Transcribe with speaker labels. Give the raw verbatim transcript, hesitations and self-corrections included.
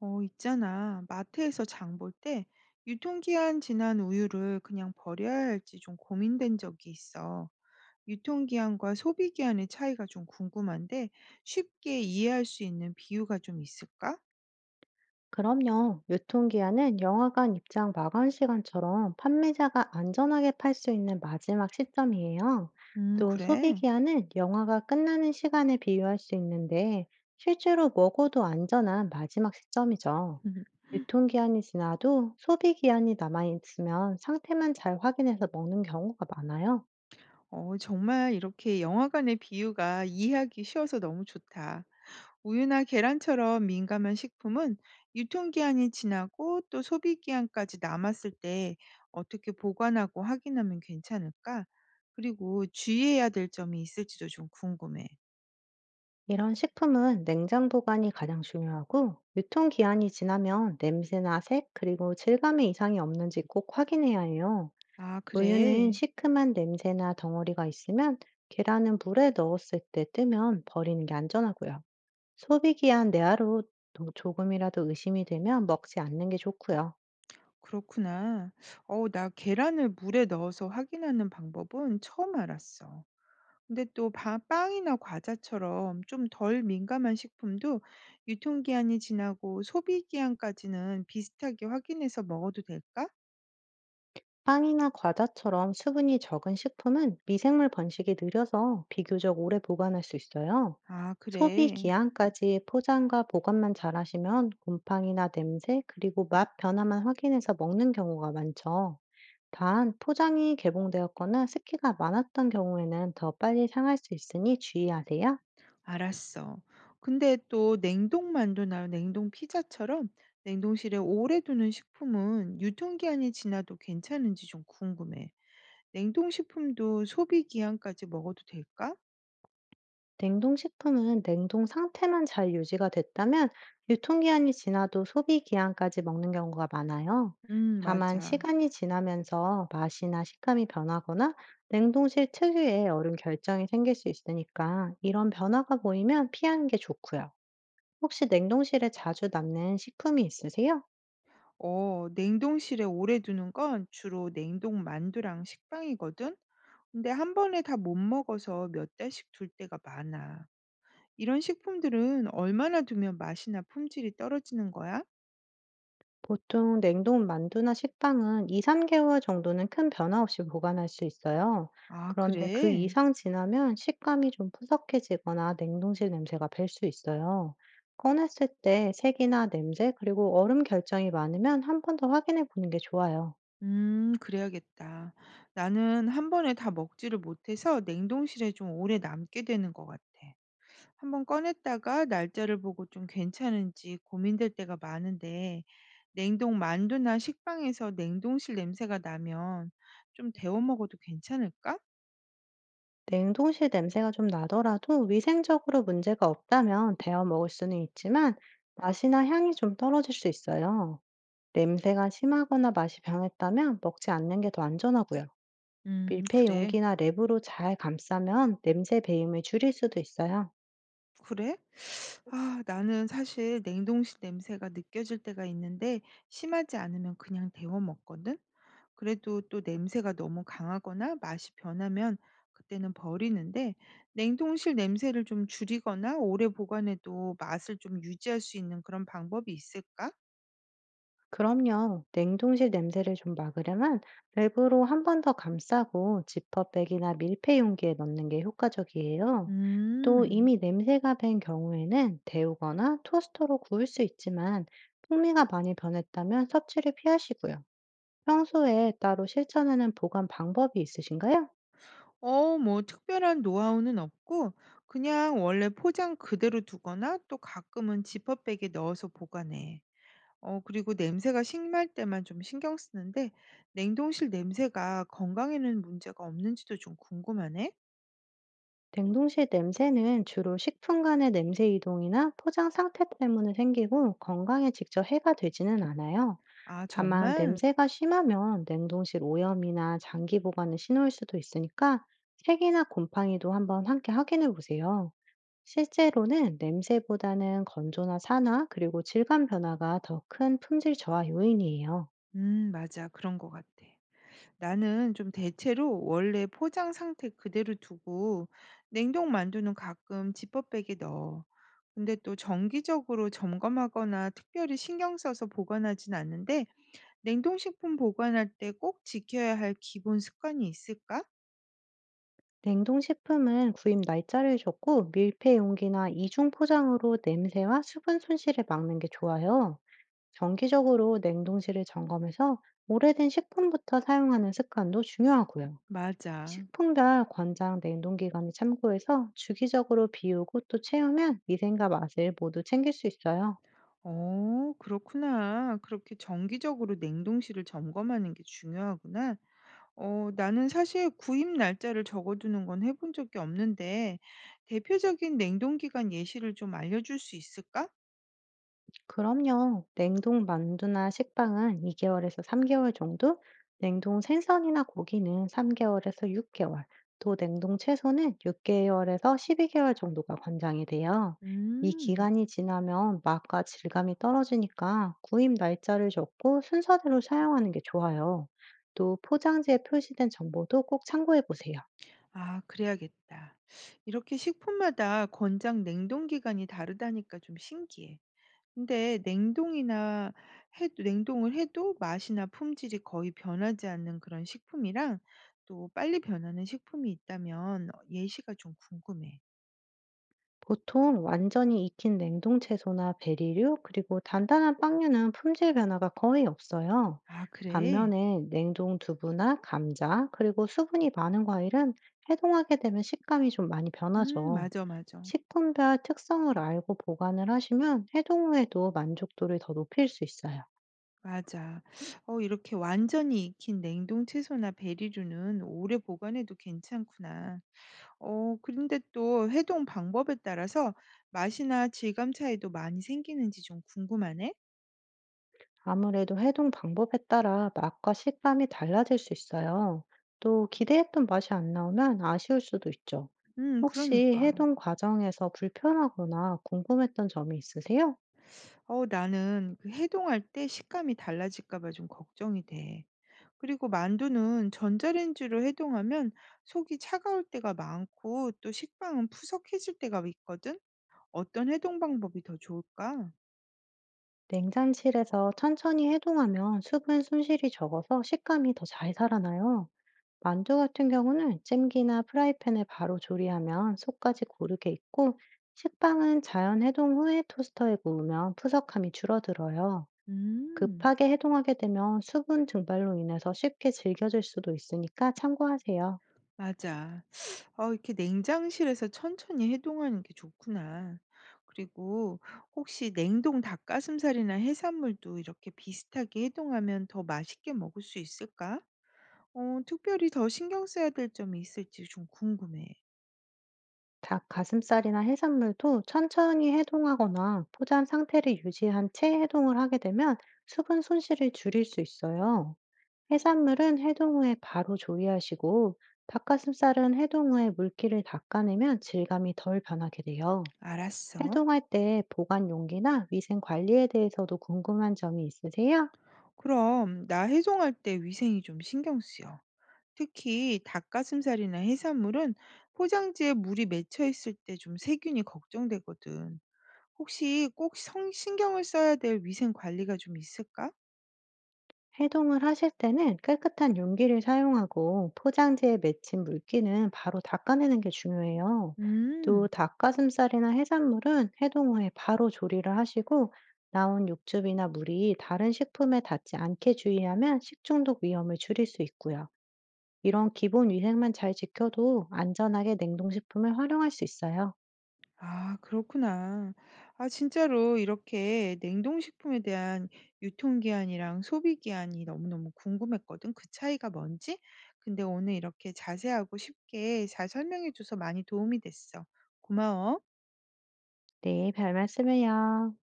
Speaker 1: 어, 있잖아. 마트에서 장볼 때 유통기한 지난 우유를 그냥 버려야 할지 좀 고민된 적이 있어. 유통기한과 소비기한의 차이가 좀 궁금한데 쉽게 이해할 수 있는 비유가 좀 있을까?
Speaker 2: 그럼요. 유통기한은 영화관 입장 마감 시간처럼 판매자가 안전하게 팔 수 있는 마지막 시점이에요.
Speaker 1: 음,
Speaker 2: 또
Speaker 1: 그래.
Speaker 2: 소비기한은 영화가 끝나는 시간에 비유할 수 있는데 실제로 먹어도 안전한 마지막 시점이죠. 유통기한이 지나도 소비기한이 남아있으면 상태만 잘 확인해서 먹는 경우가 많아요.
Speaker 1: 어, 정말 이렇게 영화관의 비유가 이해하기 쉬워서 너무 좋다. 우유나 계란처럼 민감한 식품은 유통기한이 지나고 또 소비기한까지 남았을 때 어떻게 보관하고 확인하면 괜찮을까? 그리고 주의해야 될 점이 있을지도 좀 궁금해.
Speaker 2: 이런 식품은 냉장 보관이 가장 중요하고, 유통기한이 지나면 냄새나 색, 그리고 질감에 이상이 없는지 꼭 확인해야 해요.
Speaker 1: 아,
Speaker 2: 우유는
Speaker 1: 그래.
Speaker 2: 시큼한 냄새나 덩어리가 있으면, 계란은 물에 넣었을 때 뜨면 버리는 게 안전하고요. 소비기한 내하로 도- 조금이라도 의심이 되면 먹지 않는 게 좋고요.
Speaker 1: 그렇구나. 어, 나 계란을 물에 넣어서 확인하는 방법은 처음 알았어. 근데 또 바- 빵이나 과자처럼 좀 덜 민감한 식품도 유통기한이 지나고 소비기한까지는 비슷하게 확인해서 먹어도 될까?
Speaker 2: 빵이나 과자처럼 수분이 적은 식품은 미생물 번식이 느려서 비교적 오래 보관할 수 있어요.
Speaker 1: 아,
Speaker 2: 소비
Speaker 1: 그래.
Speaker 2: 기한까지 포장과 보관만 잘하시면 곰팡이나 냄새, 그리고 맛 변화만 확인해서 먹는 경우가 많죠. 단, 포장이 개봉되었거나 습기가 많았던 경우에는 더 빨리 상할 수 있으니 주의하세요.
Speaker 1: 알았어. 근데 또 냉동 만두나 냉동 피자처럼 냉동실에 오래 두는 식품은 유통기한이 지나도 괜찮은지 좀 궁금해. 냉동식품도 소비기한까지 먹어도 될까?
Speaker 2: 냉동식품은 냉동 상태만 잘 유지가 됐다면 유통기한이 지나도 소비기한까지 먹는 경우가 많아요.
Speaker 1: 음,
Speaker 2: 다만
Speaker 1: 맞아.
Speaker 2: 시간이 지나면서 맛이나 식감이 변하거나 냉동실 특유의 얼음 결정이 생길 수 있으니까 이런 변화가 보이면 피하는 게 좋고요. 혹시 냉동실에 자주 남는 식품이 있으세요?
Speaker 1: 어, 냉동실에 오래 두는 건 주로 냉동 만두랑 식빵이거든? 근데 한 번에 다 못 먹어서 몇 달씩 둘 때가 많아. 이런 식품들은 얼마나 두면 맛이나 품질이 떨어지는 거야?
Speaker 2: 보통 냉동 만두나 식빵은 이~삼 개월 정도는 큰 변화 없이 보관할 수 있어요.
Speaker 1: 아,
Speaker 2: 그런데 그
Speaker 1: 그래?
Speaker 2: 이상 지나면 식감이 좀 푸석해지거나 냉동실 냄새가 밸 수 있어요. 꺼냈을 때 색이나 냄새, 그리고 얼음 결정이 많으면 한 번 더 확인해 보는 게 좋아요.
Speaker 1: 음, 그래야겠다. 나는 한 번에 다 먹지를 못해서 냉동실에 좀 오래 남게 되는 것 같아. 한번 꺼냈다가 날짜를 보고 좀 괜찮은지 고민될 때가 많은데, 냉동 만두나 식빵에서 냉동실 냄새가 나면 좀 데워 먹어도 괜찮을까?
Speaker 2: 냉동실 냄새가 좀 나더라도 위생적으로 문제가 없다면 데워 먹을 수는 있지만 맛이나 향이 좀 떨어질 수 있어요. 냄새가 심하거나 맛이 변했다면 먹지 않는 게 더 안전하고요.
Speaker 1: 음,
Speaker 2: 밀폐
Speaker 1: 그래.
Speaker 2: 용기나 랩으로 잘 감싸면 냄새 배임을 줄일 수도 있어요.
Speaker 1: 그래? 아, 나는 사실 냉동실 냄새가 느껴질 때가 있는데 심하지 않으면 그냥 데워 먹거든. 그래도 또 냄새가 너무 강하거나 맛이 변하면 그때는 버리는데 냉동실 냄새를 좀 줄이거나 오래 보관해도 맛을 좀 유지할 수 있는 그런 방법이 있을까?
Speaker 2: 그럼요. 냉동실 냄새를 좀 막으려면 랩으로 한 번 더 감싸고 지퍼백이나 밀폐 용기에 넣는 게 효과적이에요. 또
Speaker 1: 음.
Speaker 2: 이미 냄새가 밴 경우에는 데우거나 토스터로 구울 수 있지만 풍미가 많이 변했다면 섭취를 피하시고요. 평소에 따로 실천하는 보관 방법이 있으신가요?
Speaker 1: 어, 뭐 특별한 노하우는 없고 그냥 원래 포장 그대로 두거나 또 가끔은 지퍼백에 넣어서 보관해. 어 그리고 냄새가 심할 때만 좀 신경 쓰는데 냉동실 냄새가 건강에는 문제가 없는지도 좀 궁금하네.
Speaker 2: 냉동실 냄새는 주로 식품 간의 냄새 이동이나 포장 상태 때문에 생기고 건강에 직접 해가 되지는 않아요.
Speaker 1: 아,
Speaker 2: 다만
Speaker 1: 정말?
Speaker 2: 냄새가 심하면 냉동실 오염이나 장기 보관의 신호일 수도 있으니까 색이나 곰팡이도 한번 함께 확인해 보세요. 실제로는 냄새보다는 건조나 산화 그리고 질감 변화가 더 큰 품질 저하 요인이에요.
Speaker 1: 음, 맞아. 그런 것 같아. 나는 좀 대체로 원래 포장 상태 그대로 두고 냉동 만두는 가끔 지퍼백에 넣어. 근데 또 정기적으로 점검하거나 특별히 신경 써서 보관하진 않는데 냉동식품 보관할 때 꼭 지켜야 할 기본 습관이 있을까?
Speaker 2: 냉동식품은 구입 날짜를 적고 밀폐 용기나 이중 포장으로 냄새와 수분 손실을 막는 게 좋아요. 정기적으로 냉동실을 점검해서 오래된 식품부터 사용하는 습관도 중요하고요.
Speaker 1: 맞아.
Speaker 2: 식품별 권장 냉동기간을 참고해서 주기적으로 비우고 또 채우면 위생과 맛을 모두 챙길 수 있어요.
Speaker 1: 어, 그렇구나. 그렇게 정기적으로 냉동실을 점검하는 게 중요하구나. 어, 나는 사실 구입 날짜를 적어두는 건 해본 적이 없는데, 대표적인 냉동기간 예시를 좀 알려줄 수 있을까?
Speaker 2: 그럼요. 냉동 만두나 식빵은 이 개월에서 삼 개월 정도, 냉동 생선이나 고기는 삼 개월에서 육 개월, 또 냉동 채소는 육 개월에서 십이 개월 정도가 권장이 돼요. 이
Speaker 1: 음.
Speaker 2: 기간이 지나면 맛과 질감이 떨어지니까 구입 날짜를 적고 순서대로 사용하는 게 좋아요. 또 포장지에 표시된 정보도 꼭 참고해 보세요.
Speaker 1: 아, 그래야겠다. 이렇게 식품마다 권장 냉동기간이 다르다니까 좀 신기해. 근데 냉동이나 해도 냉동을 해도 맛이나 품질이 거의 변하지 않는 그런 식품이랑 또 빨리 변하는 식품이 있다면 어, 예시가 좀 궁금해.
Speaker 2: 보통 완전히 익힌 냉동 채소나 베리류, 그리고 단단한 빵류는 품질 변화가 거의 없어요.
Speaker 1: 아, 그래?
Speaker 2: 반면에 냉동 두부나 감자, 그리고 수분이 많은 과일은 해동하게 되면 식감이 좀 많이
Speaker 1: 음,
Speaker 2: 변하죠.
Speaker 1: 맞아, 맞아.
Speaker 2: 식품별 특성을 알고 보관을 하시면 해동 후에도 만족도를 더 높일 수 있어요.
Speaker 1: 맞아. 어, 이렇게 완전히 익힌 냉동 채소나 베리류는 오래 보관해도 괜찮구나. 어, 그런데 또 해동 방법에 따라서 맛이나 질감 차이도 많이 생기는지 좀 궁금하네?
Speaker 2: 아무래도 해동 방법에 따라 맛과 식감이 달라질 수 있어요. 또 기대했던 맛이 안 나오면 아쉬울 수도 있죠.
Speaker 1: 음,
Speaker 2: 혹시
Speaker 1: 그러니까.
Speaker 2: 해동 과정에서 불편하거나 궁금했던 점이 있으세요?
Speaker 1: 어 나는 그 해동할 때 식감이 달라질까 봐 좀 걱정이 돼. 그리고 만두는 전자레인지로 해동하면 속이 차가울 때가 많고 또 식빵은 푸석해질 때가 있거든. 어떤 해동 방법이 더 좋을까?
Speaker 2: 냉장실에서 천천히 해동하면 수분 손실이 적어서 식감이 더 잘 살아나요. 만두 같은 경우는 찜기나 프라이팬에 바로 조리하면 속까지 고르게 익고, 식빵은 자연 해동 후에 토스터에 구우면 푸석함이 줄어들어요.
Speaker 1: 음,
Speaker 2: 급하게 해동하게 되면 수분 증발로 인해서 쉽게 질겨질 수도 있으니까 참고하세요.
Speaker 1: 맞아. 어, 이렇게 냉장실에서 천천히 해동하는 게 좋구나. 그리고 혹시 냉동 닭가슴살이나 해산물도 이렇게 비슷하게 해동하면 더 맛있게 먹을 수 있을까? 어, 특별히 더 신경 써야 될 점이 있을지 좀 궁금해.
Speaker 2: 닭 가슴살이나 해산물도 천천히 해동하거나 포장 상태를 유지한 채 해동을 하게 되면 수분 손실을 줄일 수 있어요. 해산물은 해동 후에 바로 조리하시고 닭가슴살은 해동 후에 물기를 닦아내면 질감이 덜 변하게 돼요.
Speaker 1: 알았어.
Speaker 2: 해동할 때 보관 용기나 위생 관리에 대해서도 궁금한 점이 있으세요?
Speaker 1: 그럼 나 해송할 때 위생이 좀 신경 쓰여. 특히 닭가슴살이나 해산물은 포장지에 물이 맺혀 있을 때 좀 세균이 걱정되거든. 혹시 꼭 성, 신경을 써야 될 위생 관리가 좀 있을까?
Speaker 2: 해동을 하실 때는 깨끗한 용기를 사용하고 포장지에 맺힌 물기는 바로 닦아내는 게 중요해요. 또
Speaker 1: 음.
Speaker 2: 닭가슴살이나 해산물은 해동 후에 바로 조리를 하시고 나온 육즙이나 물이 다른 식품에 닿지 않게 주의하면 식중독 위험을 줄일 수 있고요. 이런 기본 위생만 잘 지켜도 안전하게 냉동식품을 활용할 수 있어요.
Speaker 1: 아, 그렇구나. 아, 진짜로 이렇게 냉동식품에 대한 유통기한이랑 소비기한이 너무너무 궁금했거든. 그 차이가 뭔지? 근데 오늘 이렇게 자세하고 쉽게 잘 설명해줘서 많이 도움이 됐어. 고마워.
Speaker 2: 네, 별 말씀을요.